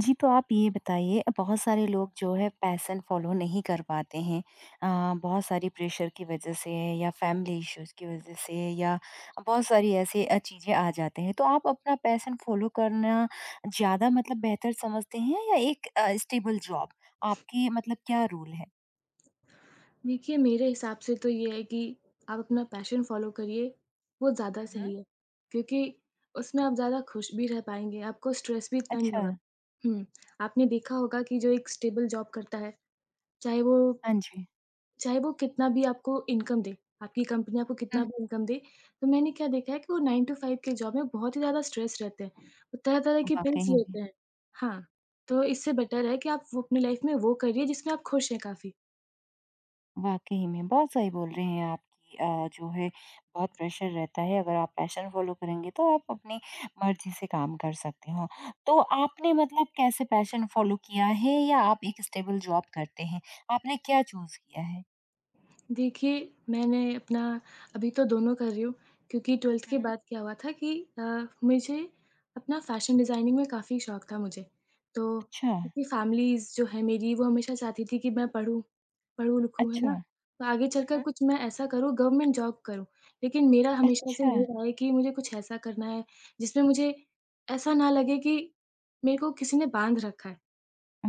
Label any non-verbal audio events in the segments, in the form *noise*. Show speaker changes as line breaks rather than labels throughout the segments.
जी, तो आप ये बताइए बहुत सारे लोग जो है पैशन फ़ॉलो नहीं कर पाते हैं। बहुत सारी प्रेशर की वज़ह से या फैमिली इश्यूज़ की वज़ह से या बहुत सारी ऐसी चीज़ें आ जाते हैं। तो आप अपना पैशन फ़ॉलो करना ज़्यादा मतलब बेहतर समझते हैं या एक स्टेबल जॉब? आपकी मतलब क्या रूल है?
देखिए, मेरे हिसाब से तो ये है कि आप अपना पैशन फ़ॉलो करिए, वो ज़्यादा
हुँ, हुँ।
सही है, क्योंकि उसमें आप ज़्यादा खुश भी रह पाएँगे, आपको स्ट्रेस भी इतना नहीं
अच्छा।
होगा। हुँ, आपने देखा होगा कि जो एक स्टेबल जॉब करता है, चाहे वो
हाँ जी।
चाहे वो कितना भी आपको इनकम दे, आपकी कंपनी आपको कितना
हुँ,
भी इनकम दे, तो मैंने क्या देखा है कि वो 9 टू 5 के जॉब में बहुत ही ज़्यादा स्ट्रेस रहते हैं, वो तरह-तरह की पिल्स
वाक़ई में।
लेते हैं। हाँ, तो इससे बेटर है कि आप वो अपनी लाइफ़ में वो करिए जिसमें आप खुश हैं काफ़ी।
वाक़ई में, बहुत सही बोल रहे हैं आप कि जो है बहुत प्रेशर रहता है, अगर आप पैशन फ़ॉलो करेंगे तो आप अपनी मर्ज़ी से काम कर सकते हो। तो आपने मतलब कैसे पैशन फ़ॉलो किया है या आप एक स्टेबल जॉब करते हैं? आपने क्या चूज़ किया है?
देखिए, मैंने अपना अभी तो दोनों कर रही हूँ क्योंकि 12th
हुँ,
के
हुँ।
बाद क्या हुआ था कि मुझे अपना फ़ैशन डिज़ाइनिंग में काफ़ी शौक था मुझे। तो
अच्छा,
क्योंकि फ़ैमिलीज़ जो है मेरी वो हमेशा चाहती थी कि मैं पढ़ूँ, पढ़ूँ-लिखूँ, है
अच्छा।
ना?
हुँ,
तो आगे चलकर
हुँ।
कुछ मैं ऐसा करूँ, गवर्नमेंट जॉब करूँ। लेकिन मेरा हमेशा से
अच्छा,
ये रहा है कि मुझे कुछ ऐसा करना है, जिसमें मुझे ऐसा ना लगे कि मेरे को किसी ने बाँध रखा है।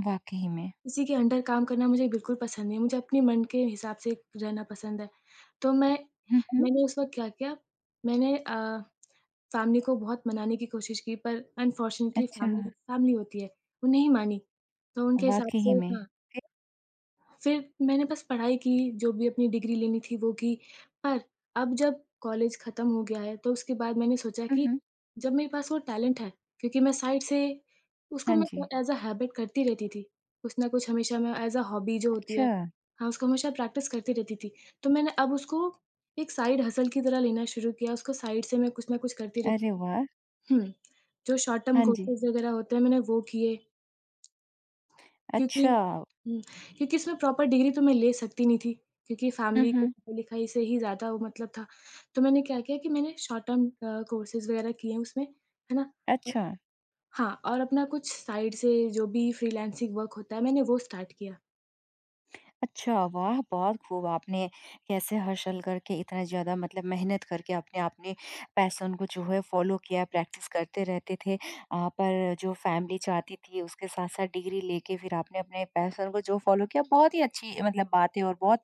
वाक़ई में।
किसी के अंडर काम करना मुझे बिल्कुल पसंद नहीं है, मुझे अपने मन के हिसाब से रहना पसंद है। तो मैं
हुँ, हुँ।
मैंने उस वक़्त क्या किया, मैंने फ़ैमिली को बहुत मनाने की कोशिश की, पर अनफॉर्चुनेटली
अच्छा,
फ़ैमिली फ़ैमिली होती है, वो नहीं मानी। तो उनके हिसाब से
वाक़ई में।
हाँ,
फिर?
फिर मैंने बस पढ़ाई की, जो भी अपनी डिग्री लेनी थी वो की, पर अब जब कॉलेज खत्म हो गया है, तो उसके बाद मैंने सोचा
हुँ,
कि
हुँ।
जब मेरे पास वो टैलेंट है, क्योंकि मैं साइड से उसको
हाँ
मैं
जी।
एज़ अ हैबिट करती रहती थी, कुछ न कुछ हमेशा मैं एज़ अ हॉबी जो होती
अच्छा,
है, हाँ, उसको हमेशा प्रैक्टिस करती रहती थी। तो मैंने अब उसको एक साइड हसल की तरह लेना शुरू किया, उसको साइड से मैं कुछ न कुछ करती रहती
अरे वाह!
हुँ, जो शॉर्ट टर्म
हाँ जी।
कोर्सेज़ वगैरह होते हैं मैंने वो किए। क्योंकि
अच्छा।
हुँ, क्योंकि इसमें प्रॉपर डिग्री तो मैं ले सकती नहीं थी, क्योंकि
हुँ,
फैमिली को
हुँ।
पढ़ाई-लिखाई से ही ज़्यादा वो मतलब था। तो मैंने क्या किया कि मैंने शॉर्ट टर्म कोर्सेज़ वगैरह किए हैं उसमें, है ना? अ,
अच्छा।
हाँ, और अपना कुछ साइड से जो भी फ्रीलांसिंग वर्क होता है, मैंने वो स्टार्ट किया।
अच्छा, वाह! बहुत खूब आपने कैसे हसल करके इतना ज़्यादा मतलब मेहनत करके अपने अपने पैशन को जो है फ़ॉलो किया, प्रैक्टिस करते रहते थे। पर जो फैमिली चाहती थी उसके साथ-साथ डिग्री लेके फिर आपने अपने पैशन को जो फ़ॉलो किया बहुत ही अच्छी मतलब बात है और बहुत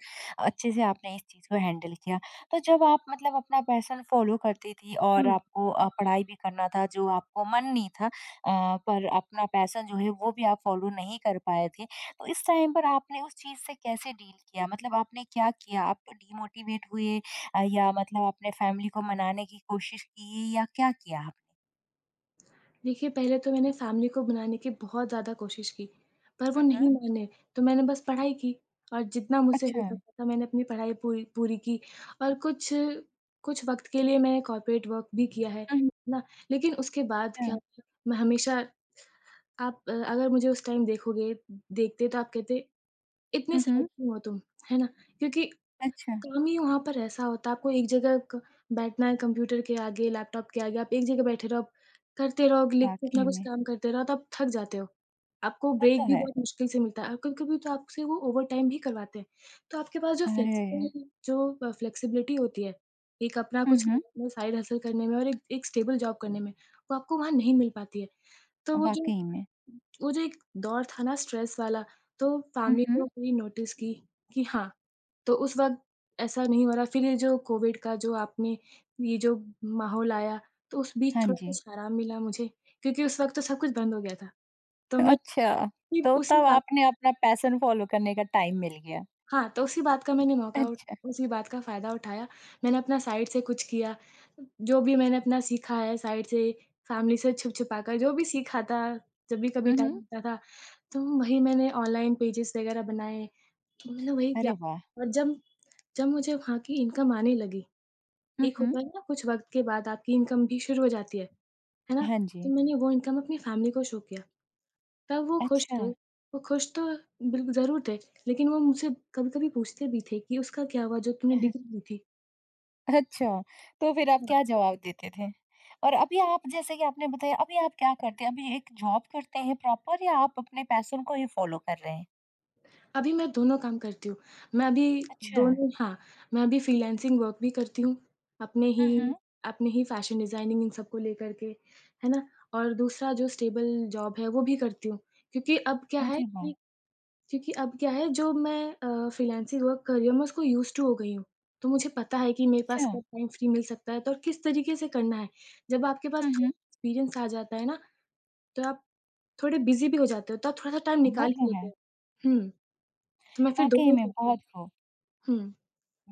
अच्छे से आपने इस चीज़ को हैंडल किया। तो जब आप मतलब अपना पैशन फ़ॉलो करती थी और
हुँ।
आपको पढ़ाई भी करना था जो आपको मन नहीं था पर अपना पैशन जो है वो भी आप फ़ॉलो नहीं कर पाए थे। तो इस टाइम पर आपने उस चीज़ से कैसे डील किया? मतलब आपने क्या किया? आप डिमोटिवेट हुए या मतलब आपने फैमिली को मनाने की कोशिश की या क्या किया आपने?
देखिए, पहले तो मैंने फ़ैमिली को मनाने की बहुत ज़्यादा कोशिश की, पर वो
हुँ,
नहीं
हुँ।
माने, तो मैंने बस पढ़ाई की और जितना मुझसे हो
अच्छा।
सका था मैंने अपनी पढ़ाई पूरी पूरी की और कुछ कुछ वक़्त के लिए मैंने कॉर्पोरेट वर्क भी किया है
हुँ,
ना? लेकिन उसके बाद क्या
अच्छा।
हुआ, मैं हमेशा अगर मुझे उस टाइम देखोगे देखते तो आप कहते, "इतने
हुँ,
सैड
हुँ।
क्यों हो तुम?" है ना? क्योंकि
अच्छा,
काम ही वहाँ पर ऐसा होता है, आपको एक जगह क बैठना है कंप्यूटर के आगे, लैपटॉप के आगे, आप एक जगह बैठे रहो, आप करते रहो, लिख कुछ ना
वाक़ई
कुछ
में,
काम करते रहो, तो आप थक जाते हो। आपको
वो
ब्रेक
तो
भी
है।
बहुत मुश्किल से मिलता है और कभी-कभी तो आपसे वो ओवरटाइम भी करवाते हैं। तो आपके पास जो
अरे!
फ्लेक्सिबल जो अ, फ्लेक्सिबिलिटी होती है, एक अपना
हुँ,
कुछ
हुँ,
साइड हसल करने में और एक एक स्टेबल जॉब करने में, वो आपको वहाँ नहीं मिल पाती है। तो वो जो
वाक़ई में।
वो जो एक दौर था ना स्ट्रेस वाला, तो
हुँ,
फैमिली
हुँ,
ने भी नोटिस की कि हाँ, तो उस वक़्त ऐसा नहीं हो रहा। फिर ये जो कोविड का जो आपने ये जो माहौल आया, तो उस
हाँ
बीच थोड़ा
जी।
कुछ आराम मिला मुझे क्योंकि उस वक़्त तो सब कुछ बंद हो गया था। तो मैं
अच्छा,
भी
तो
उसी
तब आपने अपना पैशन फॉलो करने का टाइम मिल गया।
हाँ, तो
अच्छा।
उसी बात का फ़ायदा उठाया। मैंने अपना साइड से कुछ किया। जो भी मैंने अपना सीखा है साइड से, फ़ैमिली से छुप-छुपा कर जो भी सीखा था, जब भी कभी
हुँ,
टाइम
हुँ।
मिलता था, तो वही मैंने ऑनलाइन पेजेज़ वग़ैरह बनाए, तो मैंने वही किया।
अरे वाह!
और जब जब मुझे वहाँ की इनकम आने लगी,
हुँ,
एक
हुँ,
होता है ना कुछ वक़्त के बाद आपकी इनकम भी शुरू हो जाती है ना?
हाँ जी।
तो मैंने वो इनकम अपनी फ़ैमिली को शो किया। तब वो खुश
अच्छा।
थे, वो खुश तो बिल्कुल ज़रूर थे, लेकिन वो मुझसे कभी-कभी पूछते भी थे कि उसका क्या हुआ जो तुमने डिग्री ली थी?
अच्छा, तो फिर आप
हाँ,
क्या जवाब देते थे? और अभी आप जैसे कि आपने बताया अभी आप क्या करते हैं? अभी एक जॉब करते हैं प्रॉपर या आप अपने पैशन को ही फॉलो कर रहे हैं?
अभी मैं दोनों काम करती हूँ। मैं अभी
अच्छा।
दोनों हाँ, मैं अभी फ्रीलांसिंग वर्क भी करती हूँ, अपने ही
हुँ, हुँ।
अपने ही फैशन डिज़ाइनिंग इन सबको लेकर के, है ना? और दूसरा जो स्टेबल जॉब है वो भी करती हूँ, क्योंकि अब क्या है
अरे वाह!
कि क्योंकि अब क्या है, जो मैं फ्रीलांसिंग वर्क कर रही हूँ, मैं उसको यूज़्ड टू हो गई हूँ। तो मुझे पता है कि मेरे पास
अच्छा।
कब टाइम फ्री मिल सकता है तो और किस तरीके से करना है। जब आपके पास
हुँ,
थोड़ा
हुँ।
एक्सपीरियंस आ जाता है ना, तो आप थोड़े बिज़ी भी हो जाते हो, तो आप थोड़ा-सा टाइम
वो
निकाल ही
तो
लेते
है।
हो। हुँ, तो मैं फिर दोनों
वाक़ई
ही
में
करती हूँ।
बहुत खूब।
हुँ।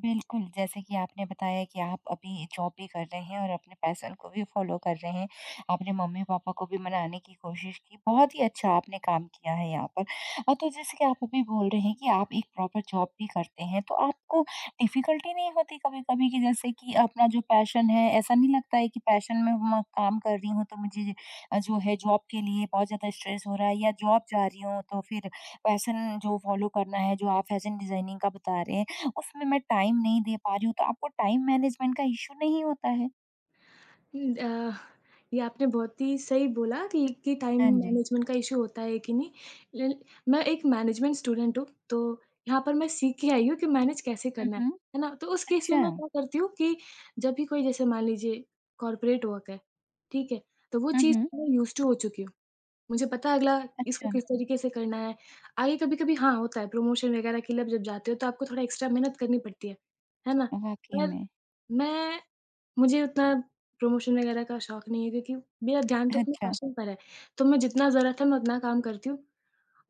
बिल्कुल, जैसे कि आपने बताया कि आप अभी जॉब भी कर रहे हैं और अपने पैशन को भी फ़ॉलो कर रहे हैं। आपने मम्मी-पापा को भी मनाने की कोशिश की, बहुत ही अच्छा आपने काम किया है यहाँ पर। तो जैसे कि आप अभी बोल रहे हैं कि आप एक प्रॉपर जॉब भी करते हैं, तो आपको डिफ़िकल्टी नहीं होती कभी-कभी कि जैसे कि अपना जो पैशन है, ऐसा नहीं लगता है कि पैशन में मैं काम कर रही हूँ, तो मुझे जो है जॉब के लिए बहुत ज़्यादा स्ट्रेस हो रहा है या जॉब जा रही हूँ, तो फिर पैशन जो फ़ॉलो करना है, जो आप फैशन डिज़ाइनिंग का बता रहे हैं, उसमें मैं टाइम नहीं दे पा रही हूँ, तो आपको टाइम मैनेजमेंट का इश्यू नहीं होता है?
उम, अ, ये आपने बहुत ही सही बोला कि टाइम
हाँ जी।
मैनेजमेंट का इश्यू होता है कि नहीं। ल मैं एक मैनेजमेंट स्टूडेंट हूँ, तो यहाँ पर मैं सीख के आई हूँ कि मैनेज कैसे
हुँ,
करना
हुँ।
है ना? तो उस केस में
अच्छा।
मैं क्या करती हूँ कि जब भी कोई जैसे मान लीजिए कॉर्पोरेट वर्क है, ठीक है? तो वो
हुँ,
चीज़
हुँ।
मैं यूज़्ड टू हो चुकी हूँ। मुझे पता है अगला इसको
अच्छा,
किस तरीके से करना है। आगे कभी-कभी हाँ, होता है प्रमोशन वगैरह के लिए आप जब जाते हो तो आपको थोड़ा एक्स्ट्रा मेहनत करनी पड़ती है ना?
वाक़ई
पर
में।
मैं मुझे उतना प्रमोशन वगैरह का शौक नहीं है क्योंकि मेरा ध्यान तो अपने
अच्छा,
पैशन पर है। तो मैं जितना ज़रूरत है मैं उतना काम करती हूँ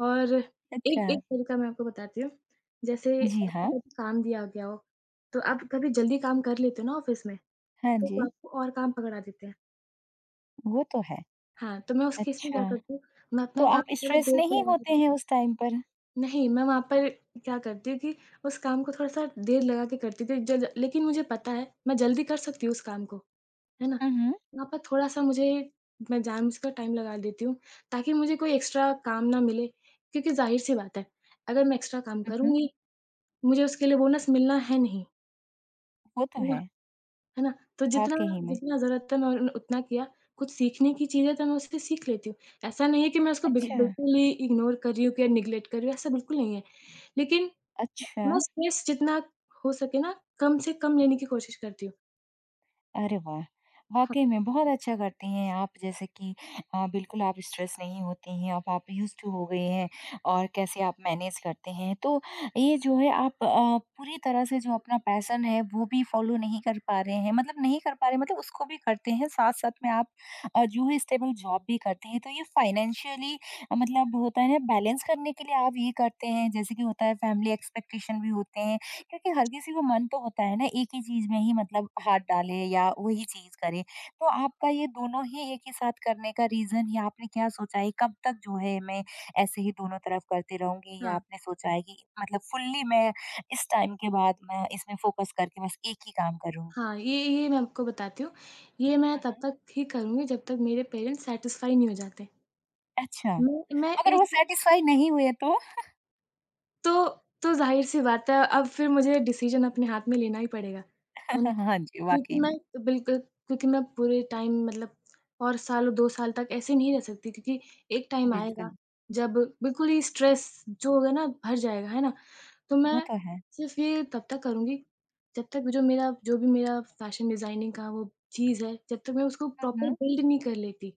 और
अच्छा।
एक एक तरीका मैं आपको बताती हूँ। जैसे
जी
आपको
हाँ।
कभी काम दिया गया हो, तो आप कभी जल्दी काम कर लेते हो ना ऑफ़िस में,
हाँ
तो वो
जी,
आपको और काम पकड़ा देते हैं।
वो तो है।
हाँ, तो मैं उस केस में क्या
अच्छा,
करती हूँ, मैं
तो
अपना
आप
काम थोड़ा
स्ट्रेस
देर से
नहीं
लगा के
होते हैं
करती हूँ।
उस टाइम पर?
नहीं, मैं वहाँ पर क्या करती हूँ कि उस काम को थोड़ा-सा देर लगा के करती थी जल लेकिन मुझे पता है मैं जल्दी कर सकती हूँ उस काम को। है ना?
हुँ, हुँ।
वहाँ पर थोड़ा-सा मुझे मैं जानबूझकर टाइम लगा देती हूँ, ताकि मुझे कोई एक्स्ट्रा काम ना मिले, क्योंकि ज़ाहिर-सी बात है, अगर मैं एक्स्ट्रा काम
हुँ, हुँ।
करूँगी, मुझे उसके लिए बोनस मिलना है नहीं,
वो तो
है ना?
है,
तो जितना
वाक़ई में।
जितना ज़रूरत था मैं उन उतना किया, कुछ सीखने की चीज़ है तो मैं उससे सीख लेती हूँ। ऐसा नहीं है कि मैं उसको
अच्छा,
बिल्कुल ही इग्नोर कर रही हूँ या नेगलेक्ट कर रही हूँ, ऐसा बिल्कुल नहीं है। लेकिन
अच्छा।
मैं स्ट्रेस जितना हो सके ना, कम से कम लेने की कोशिश करती हूँ।
अरे वाह!
हाँ।
वाक़ई में बहुत अच्छा करती हैं आप जैसे कि बिल्कुल आप स्ट्रेस नहीं होती हैं, अब आप यूज़्ड टू हो गई हैं और कैसे आप मैनेज करते हैं। तो ये जो है आप पूरी तरह से जो अपना पैशन है वो भी फ़ॉलो नहीं कर पा रहे हैं, मतलब नहीं कर पा रहे मतलब उसको भी करते हैं, साथ-साथ में आप जो है स्टेबल जॉब भी करते हैं। तो ये फाइनेंशियली मतलब होता है ना बैलेंस करने के लिए आप ये करते हैं, जैसे कि होता है फैमिली एक्सपेक्टेशन भी होते हैं क्योंकि हर किसी को मन तो होता है ना एक ही चीज में ही मतलब हाथ डाले या वही चीज करे तो आपका ये दोनों ही एक ही साथ करने का रीजन या आपने क्या सोचा है कब तक जो है मैं ऐसे ही दोनों तरफ करती रहूंगी या
हाँ।
आपने सोचा है कि मतलब फुल्ली मैं इस टाइम के बाद मैं इसमें फोकस करके बस एक ही काम करूंगी
हाँ, ये मैं आपको बताती हूँ। ये मैं तब
मम्म।
तक ही करूँगी जब तक मेरे पेरेंट्स सैटिस्फाई नहीं हो जाते।
अच्छा
मैं
अगर
एक
वो सेटिस्फाई नहीं हुए तो
तो तो ज़ाहिर-सी बात है अब फिर मुझे डिसीज़न अपने हाथ में लेना ही पड़ेगा, है ना?
*laughs* हाँ जी
क्योंकि
वाकई
मैं
में
बिल्कुल क्योंकि मैं पूरे टाइम मतलब और सालों 2 साल तक ऐसे नहीं रह सकती क्योंकि एक टाइम आएगा
बिल्कुल
जब बिल्कुल ही स्ट्रेस जो होगा ना भर जाएगा, है ना? तो
वो
मैं
तो है
सिर्फ़ ये तब तक करूँगी, जब तक जो भी मेरा फ़ैशन डिज़ाइनिंग का वो चीज़ है, जब तक मैं उसको प्रॉपर
मम्म।
बिल्ड नहीं कर लेती,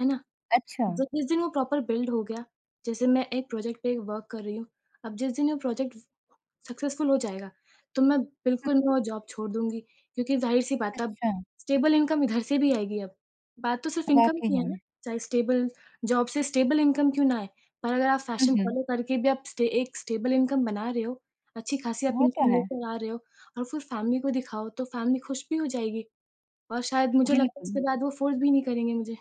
है ना?
अच्छा
जब जिस दिन वो प्रॉपर बिल्ड हो गया, जैसे मैं एक प्रोजेक्ट पे वर्क कर रही हूँ, अब जिस दिन वो प्रोजेक्ट सक्सेसफुल हो जाएगा, तो मैं बिल्कुल मैं वो जॉब छोड़ दूँगी क्योंकि ज़ाहिर-सी बात है अब
अच्छा
स्टेबल इनकम इधर से भी आएगी अब। बात तो सिर्फ़ इनकम
वाकई
की है ना,
में
चाहे स्टेबल जॉब से स्टेबल इनकम क्यों ना आए, पर अगर आप फैशन
मम्म।
फॉलो करके भी आप स्टे एक स्टेबल इनकम बना रहे हो, अच्छी-खासी आप
वो
इनकम
तो है
लेकर आ रहे हो और फिर फैमिली को दिखाओ, तो फैमिली खुश भी हो जाएगी और शायद मुझे लगता है
बिल्कुल
उसके बाद वो फ़ोर्स भी नहीं करेंगे मुझे।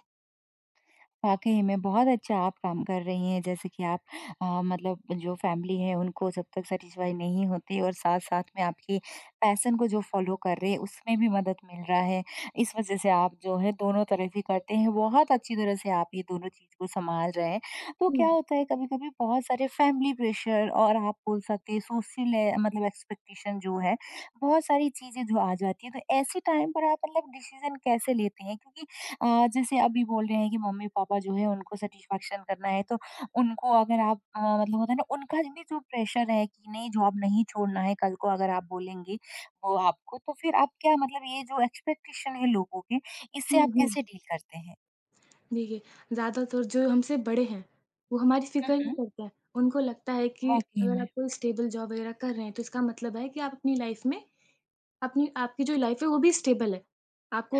वाक़ई में बहुत अच्छा आप काम कर रही हैं, जैसे कि आप मतलब जो फैमिली है उनको जब तक सैटिस्फाई नहीं होती और साथ-साथ में आपकी पैशन को जो फ़ॉलो कर रहे हैं उसमें भी मदद मिल रहा है। इस वज़ह से आप जो है दोनों तरफ ही करते हैं, बहुत अच्छी तरह से आप ये दोनों चीज़ को सँभाल रहे हैं। तो
हुँ।
क्या होता है कभी-कभी बहुत सारे फैमिली प्रेशर और आप बोल सकते हैं सोशल ए मतलब एक्सपेक्टेशन जो है, बहुत सारी चीज़ें जो आ जाती हैं, तो ऐसे टाइम पर आप मतलब डिसीज़न कैसे लेते हैं? क्योंकि जैसे अभी बोल रहे हैं कि मम्मी-पापा जो है उनको सैटिस्फैक्शन करना है, तो उनको अगर आप मतलब होता है ना उनका भी जो प्रेशर है कि नहीं जॉब नहीं छोड़ना है कल को अगर आप बोलेंगे वो आपको, तो फिर आप क्या मतलब ये जो एक्सपेक्टेशन है लोगों के, इससे आप
हुँ, हुँ।
कैसे डील करते हैं?
देखिए, ज़्यादातर जो हमसे बड़े हैं, वो हमारी
हुँ,
फ़िक्र नहीं
हुँ।
करते हैं। उनको लगता है कि
वाक़ई
अगर
में।
आप कोई स्टेबल जॉब वग़ैरह कर रहे हैं, तो इसका मतलब है कि आप अपनी लाइफ़ में अपनी आपकी जो लाइफ़ है, वो भी स्टेबल है।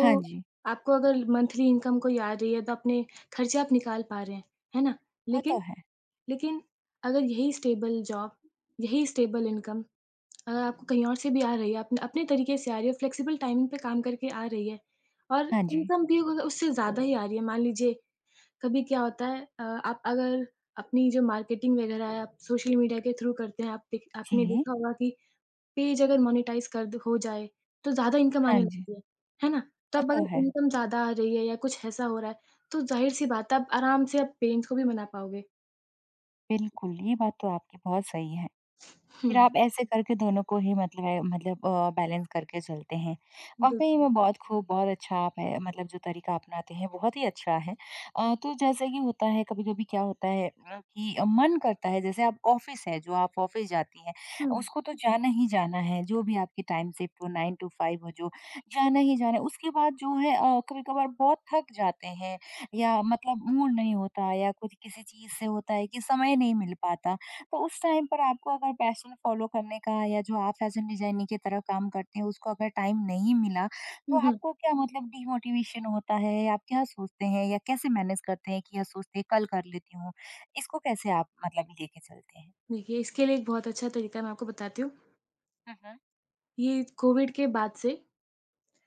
हाँ जी,
आपको अगर मंथली इनकम कोई आ रही है, तो अपने खर्चे आप निकाल पा रहे हैं, है ना?
वो तो
लेकिन
है।
लेकिन अगर यही स्टेबल जॉब, यही स्टेबल इनकम अगर आपको कहीं और से भी आ रही है, अपने अपने तरीके से आ रही है, फ्लेक्सिबल टाइमिंग पे काम करके आ रही है और
हाँ जी।
इनकम भी अगर उससे ज़्यादा ही आ रही है, मान लीजिए कभी क्या होता है आप अगर अपनी जो मार्केटिंग वगैरह है आप सोशल मीडिया के थ्रू करते हैं, आप देख आपने
जी,
देखा होगा कि पेज अगर मोनेटाइज़ कर द हो जाए, तो ज़्यादा इनकम
हाँ
आने
जी।
लगती है ना? तो
वो
अब अगर
तो
हुँ।
है।
इनकम ज़्यादा आ रही है या कुछ ऐसा हो रहा है, तो ज़ाहिर-सी बात है आप आराम से आप पेरेंट्स को भी मना पाओगे।
बिल्कुल, ये बात तो आपकी बहुत सही है। फिर
हुँ,
आप ऐसे करके दोनों को ही मतलब है मतलब बैलेंस करके चलते हैं। वाक़ई
बिल्कुल।
में बहुत खूब, बहुत अच्छा आप है मतलब जो तरीका अपनाते हैं बहुत ही अच्छा है। तो जैसे कि होता है कभी-कभी क्या होता है कि मन करता है जैसे आप ऑफ़िस है जो आप ऑफ़िस जाती हैं,
हुँ,
उसको तो जाना ही जाना है, जो भी आपकी टाइम शिफ्ट हो 9 टू 5 हो जो, जाना ही जाना है। उसके बाद जो है कभी-कभार बहुत थक जाते हैं या मतलब मूड नहीं होता या कुछ किसी चीज़ से होता है कि समय नहीं मिल पाता। तो उस टाइम पर आपको अगर पैशन फॉलो करने का या जो आप फैशन डिजाइनिंग की तरफ काम करते हैं उसको अगर टाइम नहीं मिला तो
हुँ, हुँ।
आपको क्या मतलब डिमोटिवेशन होता है आप क्या सोचते हैं या कैसे मैनेज करते हैं कि या सोचते हैं कल कर लेती हूँ इसको कैसे आप मतलब लेके चलते हैं
देखिए इसके लिए एक बहुत अच्छा तरीका मैं आपको बताती हूँ।
हम्म
ये कोविड के बाद से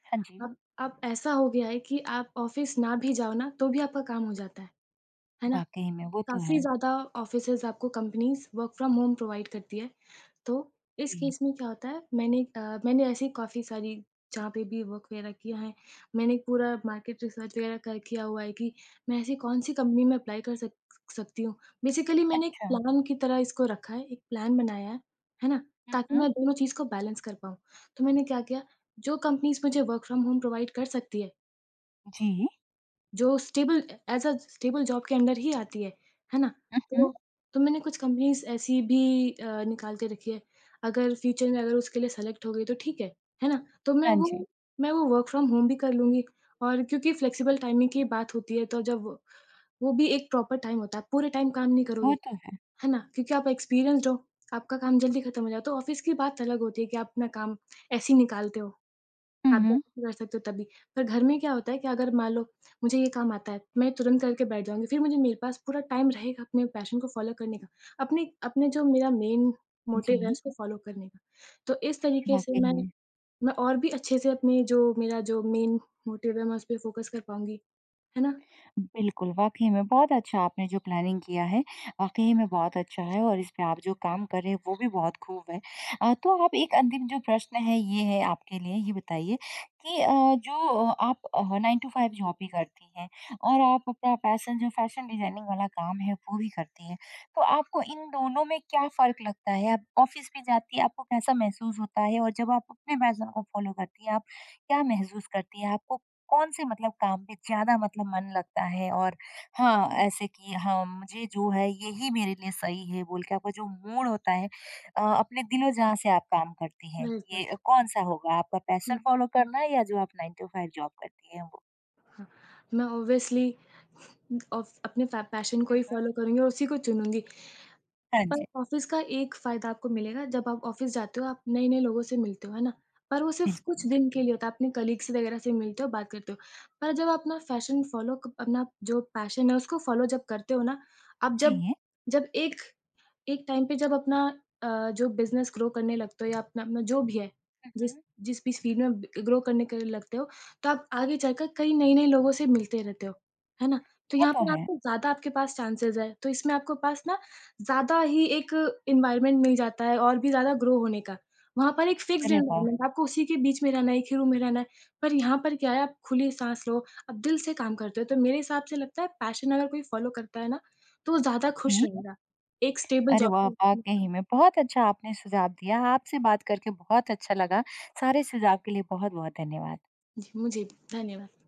हाँ जी
अब ऐसा हो गया है कि आप ऑफ़िस ना भी जाओ ना, तो भी आपका काम हो जाता है ना?
वाकई में वो तो
काफ़ी
है
ज़्यादा ऑफ़िसेज़ आपको companies work from home provide करती है। तो इस
जी
केस में क्या होता है मैंने ऐसी काफ़ी सारी जहाँ पे भी वर्क वग़ैरह किया है, मैंने पूरा मार्केट रिसर्च वग़ैरह कर किया हुआ है कि मैं ऐसी कौन-सी कंपनी में अप्लाई कर सक सकती हूँ। बेसिकली मैंने एक
अच्छा
प्लान की तरह इसको रखा है, एक प्लान बनाया है ना? ताकि
हम्म
मैं दोनों चीज़ को बैलेंस कर पाऊँ। तो मैंने क्या किया, जो कंपनीज़ मुझे वर्क फ्रॉम होम प्रोवाइड कर सकती है
जी
जो stable as a stable job के अंडर ही आती है ना?
हम्म
तो तो मैंने कुछ कंपनीज़ ऐसी भी निकाल के रखी है, अगर फ्यूचर में अगर उसके लिए सेलेक्ट हो गई तो ठीक है ना?
हाँ जी
मैं वो वर्क फ्रॉम होम भी कर लूँगी और क्योंकि फ्लेक्सिबल टाइमिंग की बात होती है तो जब वो भी एक प्रॉपर टाइम होता है, पूरे टाइम काम नहीं
वो
करोगे,
तो है
है ना? क्योंकि आप एक्सपीरियंस्ड हो, आपका काम जल्दी खत्म हो जाता है, तो ऑफ़िस की बात अलग होती है कि आप अपना काम ऐसे ही निकालते हो। आप भी
हम्म
नहीं कर सकते हो तभी। पर घर में क्या होता है कि अगर मान लो मुझे ये काम आता है, मैं तुरंत करके बैठ जाऊँगी, फिर मुझे मेरे पास पूरा टाइम रहेगा अपने पैशन को फ़ॉलो करने का। अपने अपने जो मेरा मेन मोटिव है
जी
उसको फ़ॉलो करने का। तो इस तरीके से
वाकई
मैं
में
मैं और भी अच्छे से अपने जो मेरा जो मेन मोटिव है मैं उसपे फ़ोकस कर पाऊँगी, है ना?
बिल्कुल, वाक़ई में बहुत अच्छा आपने जो प्लानिंग किया है, वाक़ई में बहुत अच्छा है और इस पे आप जो काम कर रहे हैं वो भी बहुत खूब है। तो आप एक अंतिम जो प्रश्न है ये है आपके लिए, ये बताइए कि जो आप 9 टू 5 जॉब भी करती हैं और आप अपना पैशन जो फैशन डिज़ाइनिंग वाला काम है वो भी करती हैं। तो आपको इन दोनों में क्या फ़र्क लगता है? आप ऑफ़िस भी जाती हैं, आपको कैसा महसूस होता है? और जब आप अपने पैशन को फ़ॉलो करती हैं, आप क्या महसूस करती हैं? आपको कौन से मतलब काम पे ज़्यादा मतलब मन लगता है और हाँ,
हुँ।
ऐसे कि हाँ, मुझे जो है यही मेरे लिए सही है बोल के आपका जो मूड होता है अपने दिलो-जाँ से आप काम करती हैं,
बिल्कुल।
ये कौन-सा होगा? आपका
हुँ,
पैशन फॉलो करना या जो आप 9 टू 5 जॉब करती हैं वो?
हाँ। मैं ऑब्वियसली अ, अपने फ पैशन को
हुँ,
ही
हुँ।
फ़ॉलो करूँगी और उसी को चुनूँगी।
हाँ
पर
जी,
ऑफ़िस का एक फ़ायदा आपको मिलेगा जब आप ऑफ़िस जाते हो, आप नए-नए लोगों से मिलते हो, है ना? पर वो सिर्फ़ कुछ
बिल्कुल।
दिन के लिए होता है, अपने कलीग्स वग़ैरह से मिलते हो, बात करते हो। पर जब आप अपना फ़ैशन फ़ॉलो क अपना जो पैशन है उसको फ़ॉलो जब करते हो ना, आप जब
जी।
जब एक एक टाइम पे जब अपना जो बिज़नेस ग्रो करने लगते हो या अपना अपना जो भी है,
हुँ,
जिस
हुँ।
जिस भी फ़ील्ड में ग्रो करने के लिए लगते हो, तो आप आगे चलकर कई नए-नए लोगों से मिलते रहते हो, है ना? तो
वो
यहाँ
तो
पर
है।
आपको ज़्यादा आपके पास चांसेज़ है, तो इसमें आपको पास ना ज़्यादा ही एक एनवायरनमेंट मिल जाता है और भी ज़्यादा ग्रो होने का। वहाँ पर एक फिक्स्ड
अरे वाह!
एनवायरनमेंट आपको उसी के बीच में रहना है, एक ही रूम में रहना है, पर यहाँ पर क्या है आप खुली साँस लो, आप दिल से काम करते हो, तो मेरे हिसाब से लगता है पैशन अगर कोई फ़ॉलो करता है ना, तो वो ज़्यादा खुश
जी।
रहेगा। एक स्टेबल
अरे
जॉब।
वाह! वाक़ई में बहुत अच्छा आपने सुझाव दिया। आपसे बात करके बहुत अच्छा लगा। सारे सुझाव के लिए बहुत-बहुत धन्यवाद।
जी, मुझे भी। धन्यवाद।